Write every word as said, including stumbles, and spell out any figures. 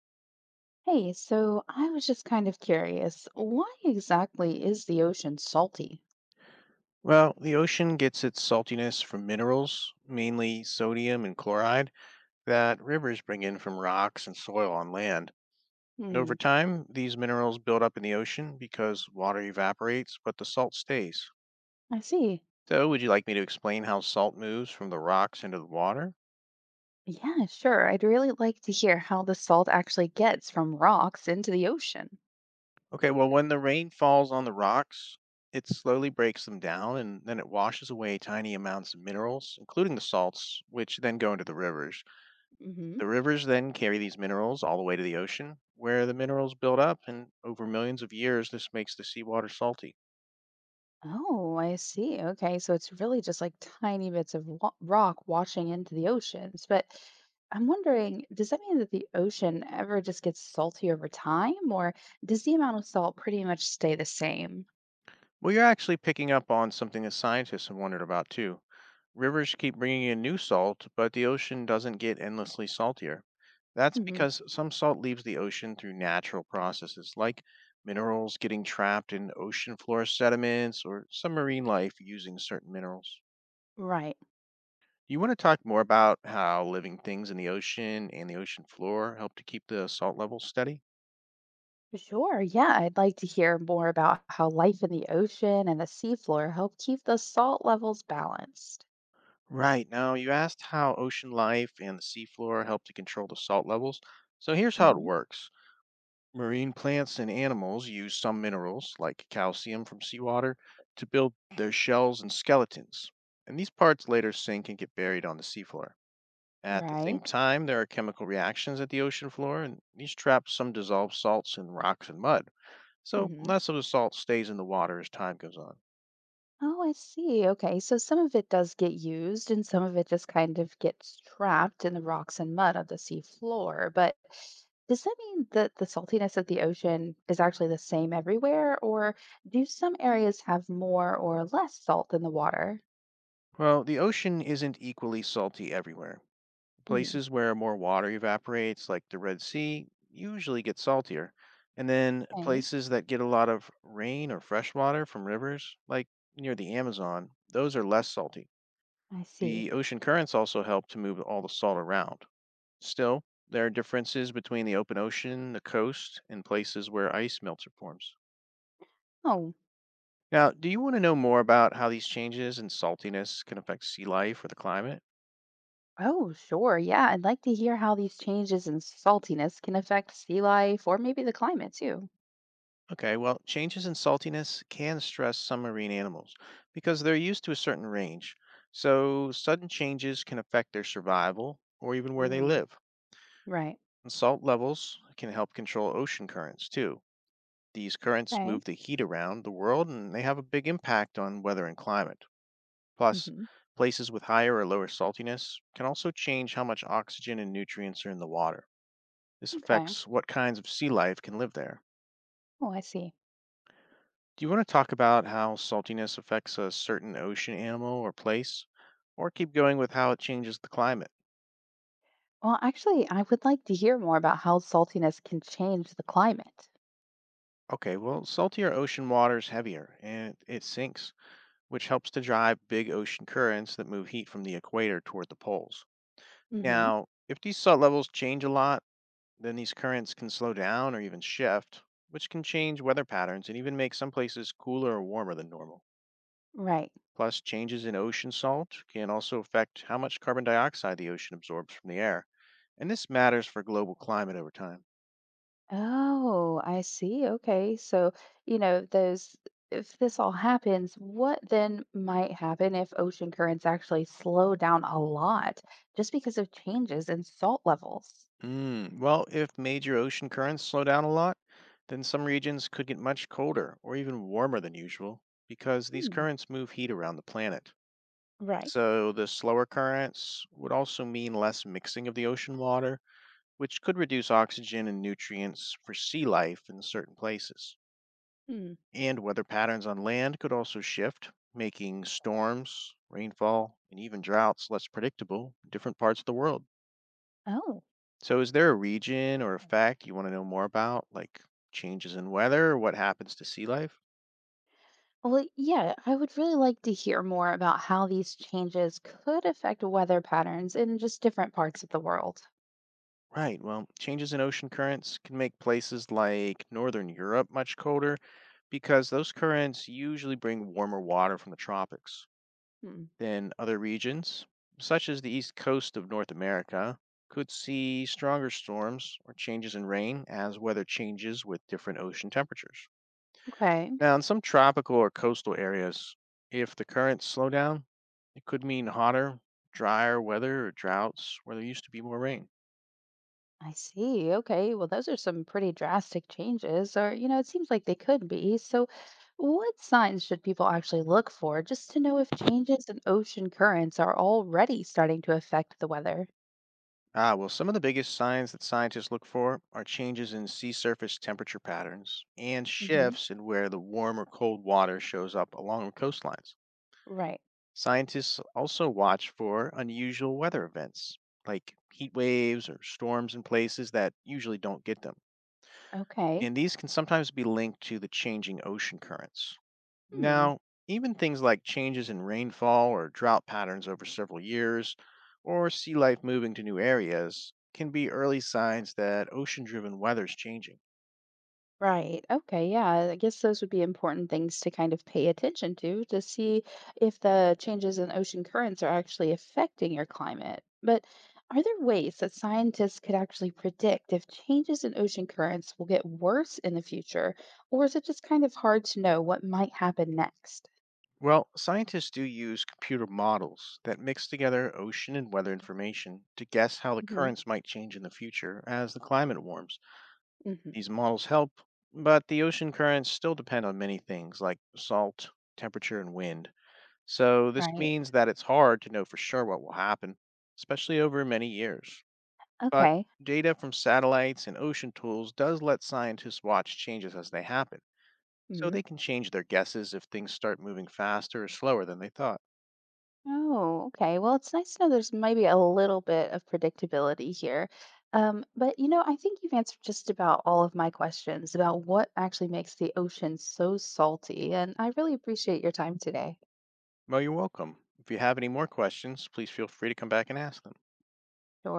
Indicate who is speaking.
Speaker 1: Hey, so I was just kind of curious, why exactly is the ocean salty?
Speaker 2: Well, the ocean gets its saltiness from minerals, mainly sodium and chloride, that rivers bring in from rocks and soil on land. And over
Speaker 1: Hmm.
Speaker 2: time, these minerals build up in the ocean because water evaporates, but the salt stays.
Speaker 1: I see.
Speaker 2: So, would you like me to explain how salt moves from the rocks into the water?
Speaker 1: Yeah, sure. I'd really like to hear how the salt actually gets from rocks into the ocean.
Speaker 2: Okay, well, when the rain falls on the rocks, it slowly breaks them down and then it washes away tiny amounts of minerals, including the salts, which then go into the rivers.
Speaker 1: Hmm.
Speaker 2: The rivers then carry these minerals all the way to the ocean, where the minerals build up, and over millions of years, this makes the seawater salty.
Speaker 1: Oh, I see. Okay, so it's really just like tiny bits of wa rock washing into the oceans. But I'm wondering, does that mean that the ocean ever just gets salty over time, or does the amount of salt pretty much stay the same?
Speaker 2: Well, you're actually picking up on something that scientists have wondered about too. Rivers keep bringing in new salt, but the ocean doesn't get endlessly saltier. That's
Speaker 1: Hmm.
Speaker 2: because some salt leaves the ocean through natural processes, like minerals getting trapped in ocean floor sediments or some marine life using certain minerals.
Speaker 1: Right.
Speaker 2: Do you want to talk more about how living things in the ocean and the ocean floor help to keep the salt level steady?
Speaker 1: Sure. Yeah, I'd like to hear more about how life in the ocean and the seafloor help keep the salt levels balanced.
Speaker 2: Right. Now, you asked how ocean life and the seafloor help to control the salt levels. So here's how it
Speaker 1: Hmm.
Speaker 2: works. Marine plants and animals use some minerals, like calcium from seawater, to build their shells and skeletons. And these parts later sink and get buried on the seafloor. At the same
Speaker 1: Right.
Speaker 2: time, there are chemical reactions at the ocean floor, and these trap some dissolved salts in rocks and mud. So
Speaker 1: Hmm.
Speaker 2: less of the salt stays in the water as time goes on.
Speaker 1: Oh, I see. Okay. So some of it does get used and some of it just kind of gets trapped in the rocks and mud of the seafloor. But does that mean that the saltiness of the ocean is actually the same everywhere, or do some areas have more or less salt in the water?
Speaker 2: Well, the ocean isn't equally salty everywhere.
Speaker 1: Hmm.
Speaker 2: Places where more water evaporates, like the Red Sea, usually get saltier. And then
Speaker 1: Okay.
Speaker 2: places that get a lot of rain or fresh water from rivers, like near the Amazon, those are less salty.
Speaker 1: I
Speaker 2: The
Speaker 1: see.
Speaker 2: ocean currents also help to move all the salt around. Still, there are differences between the open ocean, the coast, and places where ice melts or forms.
Speaker 1: Oh.
Speaker 2: Now, do you want to know more about how these changes in saltiness can affect sea life or the climate?
Speaker 1: Oh, sure. Yeah, I'd like to hear how these changes in saltiness can affect sea life or maybe the climate too.
Speaker 2: Okay, well, changes in saltiness can stress some marine animals because they're used to a certain range. So, sudden changes can affect their survival or even where they
Speaker 1: Mm,
Speaker 2: live.
Speaker 1: right.
Speaker 2: And salt levels can help control ocean currents too. These currents
Speaker 1: Okay.
Speaker 2: move the heat around the world and they have a big impact on weather and climate. Plus,
Speaker 1: Hmm.
Speaker 2: places with higher or lower saltiness can also change how much oxygen and nutrients are in the water. This
Speaker 1: Okay.
Speaker 2: affects what kinds of sea life can live there.
Speaker 1: Oh, I see.
Speaker 2: Do you want to talk about how saltiness affects a certain ocean animal or place? Or keep going with how it changes the climate?
Speaker 1: Well, actually, I would like to hear more about how saltiness can change the climate.
Speaker 2: Okay, well, saltier ocean water is heavier and it sinks, which helps to drive big ocean currents that move heat from the equator toward the poles.
Speaker 1: Hmm.
Speaker 2: Now, if these salt levels change a lot, then these currents can slow down or even shift, which can change weather patterns and even make some places cooler or warmer than normal.
Speaker 1: Right.
Speaker 2: Plus, changes in ocean salt can also affect how much carbon dioxide the ocean absorbs from the air, and this matters for global climate over time.
Speaker 1: Oh, I see. Okay. So, you know, those, if this all happens, what then might happen if ocean currents actually slow down a lot just because of changes in salt levels?
Speaker 2: Mm, well, if major ocean currents slow down a lot, then some regions could get much colder or even warmer than usual because these
Speaker 1: Hmm.
Speaker 2: currents move heat around the planet.
Speaker 1: Right.
Speaker 2: So, the slower currents would also mean less mixing of the ocean water, which could reduce oxygen and nutrients for sea life in certain places.
Speaker 1: Hmm.
Speaker 2: And weather patterns on land could also shift, making storms, rainfall, and even droughts less predictable in different parts of the world.
Speaker 1: Oh.
Speaker 2: So, is there a region or a fact you want to know more about, like changes in weather or what happens to sea life?
Speaker 1: Well, yeah, I would really like to hear more about how these changes could affect weather patterns in just different parts of the world.
Speaker 2: Right, well, changes in ocean currents can make places like northern Europe much colder because those currents usually bring warmer water from the tropics.
Speaker 1: Hmm.
Speaker 2: Then other regions, such as the east coast of North America, could see stronger storms or changes in rain as weather changes with different ocean temperatures.
Speaker 1: Okay,
Speaker 2: Now, in some tropical or coastal areas, if the currents slow down, it could mean hotter, drier weather or droughts where there used to be more rain.
Speaker 1: I see. Okay, well, those are some pretty drastic changes, or, you know, it seems like they could be. So, what signs should people actually look for just to know if changes in ocean currents are already starting to affect the weather?
Speaker 2: Ah, well, some of the biggest signs that scientists look for are changes in sea surface temperature patterns and
Speaker 1: Hmm.
Speaker 2: shifts in where the warm or cold water shows up along coastlines.
Speaker 1: Right.
Speaker 2: Scientists also watch for unusual weather events, like heat waves or storms in places that usually don't get them.
Speaker 1: Okay.
Speaker 2: And these can sometimes be linked to the changing ocean currents.
Speaker 1: Hmm.
Speaker 2: Now, even things like changes in rainfall or drought patterns over several years, or sea life moving to new areas, can be early signs that ocean driven weather is changing.
Speaker 1: Right. Okay. Yeah. I guess those would be important things to kind of pay attention to to see if the changes in ocean currents are actually affecting your climate. But are there ways that scientists could actually predict if changes in ocean currents will get worse in the future? Or is it just kind of hard to know what might happen next?
Speaker 2: Well, scientists do use computer models that mix together ocean and weather information to guess how the
Speaker 1: Hmm.
Speaker 2: currents might change in the future as the climate warms.
Speaker 1: Hmm.
Speaker 2: These models help, but the ocean currents still depend on many things like salt, temperature, and wind. So this
Speaker 1: Right.
Speaker 2: means that it's hard to know for sure what will happen, especially over many years. But
Speaker 1: Okay.
Speaker 2: data from satellites and ocean tools does let scientists watch changes as they happen, so
Speaker 1: Mhm.
Speaker 2: they can change their guesses if things start moving faster or slower than they thought.
Speaker 1: Oh, okay. Well, it's nice to know there's maybe a little bit of predictability here. Um, but you know, I think you've answered just about all of my questions about what actually makes the ocean so salty, and I really appreciate your time today.
Speaker 2: Well, you're welcome. If you have any more questions, please feel free to come back and ask them.
Speaker 1: Sure.